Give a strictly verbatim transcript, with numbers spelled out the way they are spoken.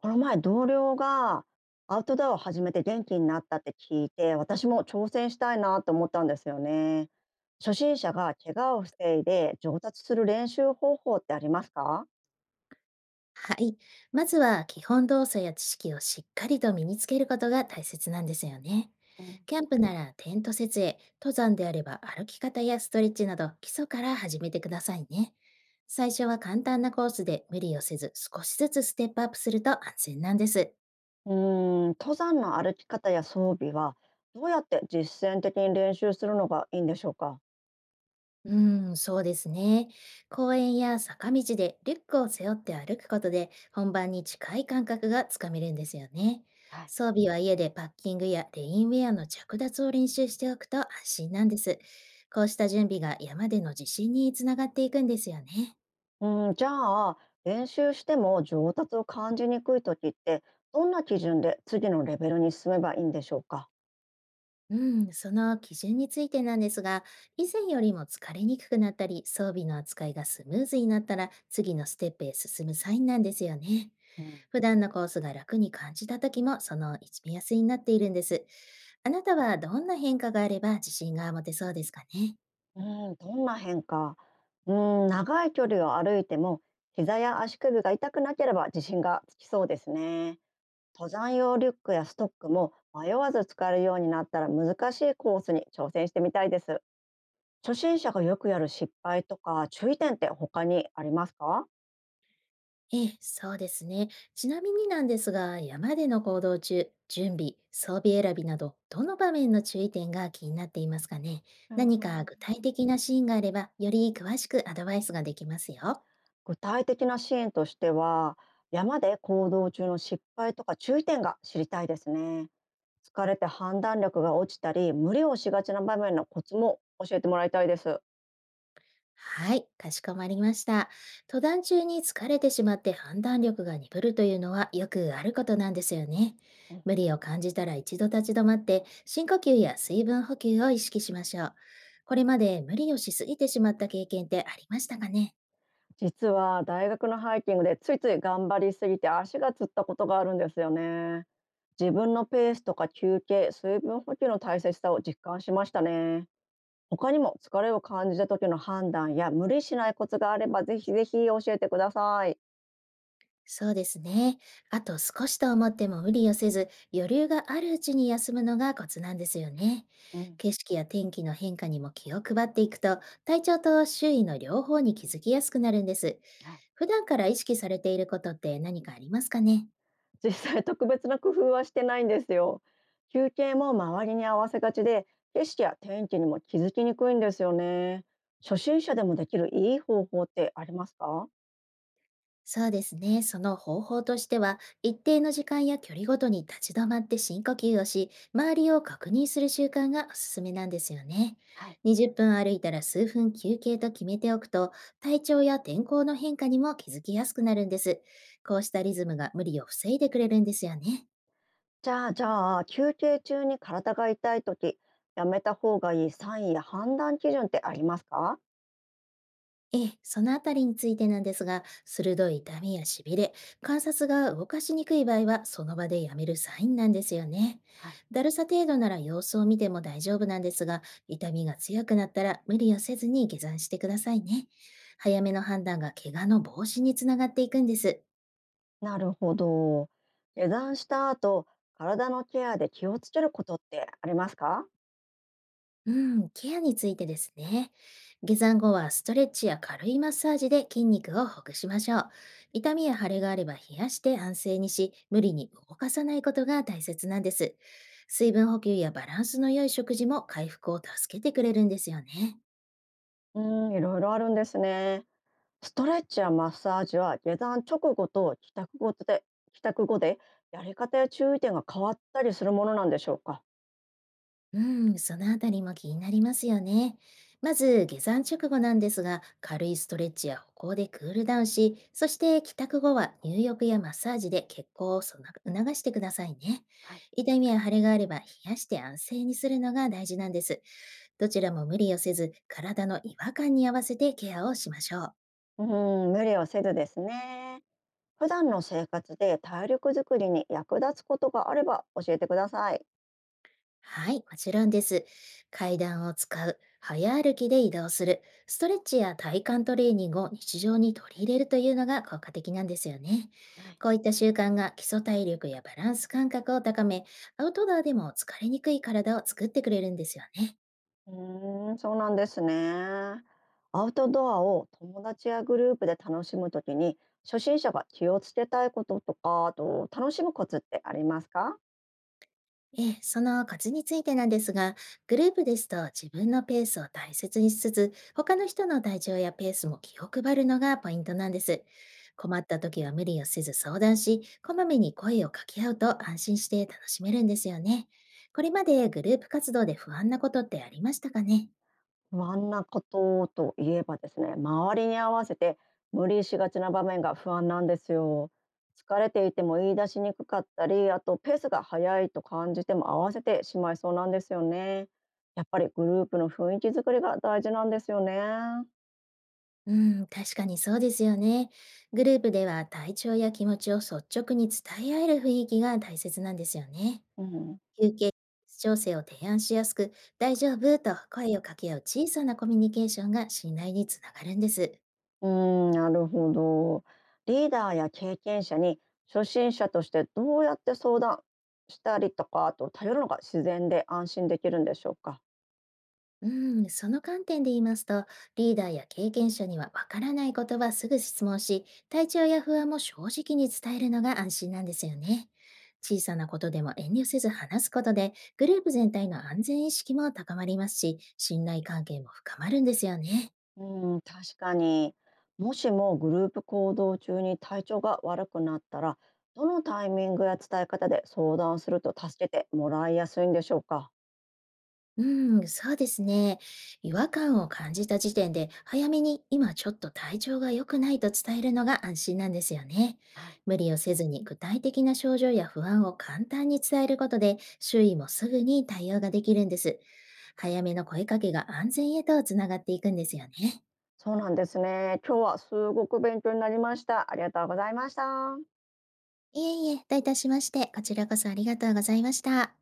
この前同僚がアウトドアを始めて元気になったって聞いて、私も挑戦したいなと思ったんですよね。初心者が怪我を防いで上達する練習方法ってありますか？はい。まずは基本動作や知識をしっかりと身につけることが大切なんですよね。うん、キャンプならテント設営、登山であれば歩き方やストレッチなど基礎から始めてくださいね。最初は簡単なコースで無理をせず、少しずつステップアップすると安全なんです。うーん、登山の歩き方や装備はどうやって実践的に練習するのがいいんでしょうか？うん、そうですね。公園や坂道でリュックを背負って歩くことで本番に近い感覚がつかめるんですよね。はい、装備は家でパッキングやレインウェアの着脱を練習しておくと安心なんです。こうした準備が山での自信につながっていくんですよね。うん、じゃあ練習しても上達を感じにくい時ってどんな基準で次のレベルに進めばいいんでしょうか？うん、その基準についてなんですが、以前よりも疲れにくくなったり、装備の扱いがスムーズになったら、次のステップへ進むサインなんですよね。うん、普段のコースが楽に感じた時も、その一目安になっているんです。あなたはどんな変化があれば自信が持てそうですかね？うん、どんな変化、うん、長い距離を歩いても膝や足首が痛くなければ自信がつきそうですね。登山用リュックやストックも迷わず使えるようになったら難しいコースに挑戦してみたいです。初心者がよくやる失敗とか注意点って他にありますか？ええ、そうですね。ちなみになんですが、山での行動中、準備、装備選びなど、どの場面の注意点が気になっていますかね？う何か具ん、体的なシーンがあれば、より詳しくアドバイスができますよ。具体的なシーンとしては山で行動中の失敗とか注意点が知りたいですね。疲れて判断力が落ちたり無理をしがちな場面のコツも教えてもらいたいです。はい、かしこまりました。登壇中に疲れてしまって判断力が鈍るというのはよくあることなんですよね。うん、無理を感じたら一度立ち止まって、深呼吸や水分補給を意識しましょう。これまで無理をしすぎてしまった経験ってありましたかね？実は大学のハイキングでついつい頑張りすぎて足がつったことがあるんですよね。自分のペースとか休憩、水分補給の大切さを実感しましたね。他にも疲れを感じた時の判断や無理しないコツがあればぜひぜひ教えてください。そうですね。あと少しと思っても無理をせず、余裕があるうちに休むのがコツなんですよね。うん。景色や天気の変化にも気を配っていくと、体調と周囲の両方に気づきやすくなるんです。はい。普段から意識されていることって何かありますかね？実際特別な工夫はしてないんですよ。休憩も周りに合わせがちで、景色や天気にも気づきにくいんですよね。初心者でもできるいい方法ってありますか？そうですね。その方法としては、一定の時間や距離ごとに立ち止まって深呼吸をし、周りを確認する習慣がおすすめなんですよね。はい、にじゅっぷん歩いたら数分休憩と決めておくと、体調や天候の変化にも気づきやすくなるんです。こうしたリズムが無理を防いでくれるんですよね。じゃあ、じゃあ、休憩中に体が痛いとき、やめた方がいいサインや判断基準ってありますか？ええ、そのあたりについてなんですが、鋭い痛みやしびれ、観察が動かしにくい場合は、その場でやめるサインなんですよね。はい、だるさ程度なら様子を見ても大丈夫なんですが、痛みが強くなったら無理をせずに下山してくださいね。早めの判断が怪我の防止につながっていくんです。なるほど。下山した後、体のケアで気をつけることってありますか？うん、ケアについてですね。下山後はストレッチや軽いマッサージで筋肉をほぐしましょう。痛みや腫れがあれば冷やして安静にし、無理に動かさないことが大切なんです。水分補給やバランスの良い食事も回復を助けてくれるんですよね。うーん、いろいろあるんですね。ストレッチやマッサージは下山直後と帰宅後で帰宅後でやり方や注意点が変わったりするものなんでしょうか？うん、そのあたりも気になりますよね。まず、下山直後なんですが、軽いストレッチや歩行でクールダウンし、そして帰宅後は入浴やマッサージで血行をそな促してくださいね。はい、痛みや腫れがあれば冷やして安静にするのが大事なんです。どちらも無理をせず、体の違和感に合わせてケアをしましょう。うーん無理をせずですね。普段の生活で体力づくりに役立つことがあれば教えてください。はい、もちろんです。階段を使う、早歩きで移動する、ストレッチや体幹トレーニングを日常に取り入れるというのが効果的なんですよね。はい、こういった習慣が基礎体力やバランス感覚を高め、アウトドアでも疲れにくい体を作ってくれるんですよね。うーん、そうなんですね。アウトドアを友達やグループで楽しむときに、初心者が気をつけたいこととか、あと楽しむコツってありますか？ええ、そのコツについてなんですが、グループですと自分のペースを大切にしつつ、他の人の体調やペースも気を配るのがポイントなんです。困った時は無理をせず相談し、こまめに声を掛け合うと安心して楽しめるんですよね。これまでグループ活動で不安なことってありましたかね？不安なことといえばですね、周りに合わせて無理しがちな場面が不安なんですよ。疲れていても言い出しにくかったり、あとペースが速いと感じても合わせてしまいそうなんですよね。やっぱりグループの雰囲気作りが大事なんですよね。うん、確かにそうですよね。グループでは体調や気持ちを率直に伝え合える雰囲気が大切なんですよね。うん、休憩調整を提案しやすく、大丈夫と声を掛け合う小さなコミュニケーションが信頼につながるんです。うーん、なるほど。リーダーや経験者に初心者としてどうやって相談したりとか、あと頼るのが自然で安心できるんでしょうか。うん、その観点で言いますと、リーダーや経験者にはわからないことはすぐ質問し、体調や不安も正直に伝えるのが安心なんですよね。小さなことでも遠慮せず話すことで、グループ全体の安全意識も高まりますし、信頼関係も深まるんですよね。うん、確かに。もしもグループ行動中に体調が悪くなったら、どのタイミングや伝え方で相談すると助けてもらいやすいんでしょうか。うん、そうですね。違和感を感じた時点で、早めに今ちょっと体調が良くないと伝えるのが安心なんですよね。はい、無理をせずに具体的な症状や不安を簡単に伝えることで、周囲もすぐに対応ができるんです。確かに。早めの声かけが安全へとつながっていくんですよね。そうなんですね。今日はすごく勉強になりました。ありがとうございました。いえいえ、どういたしまして、こちらこそありがとうございました。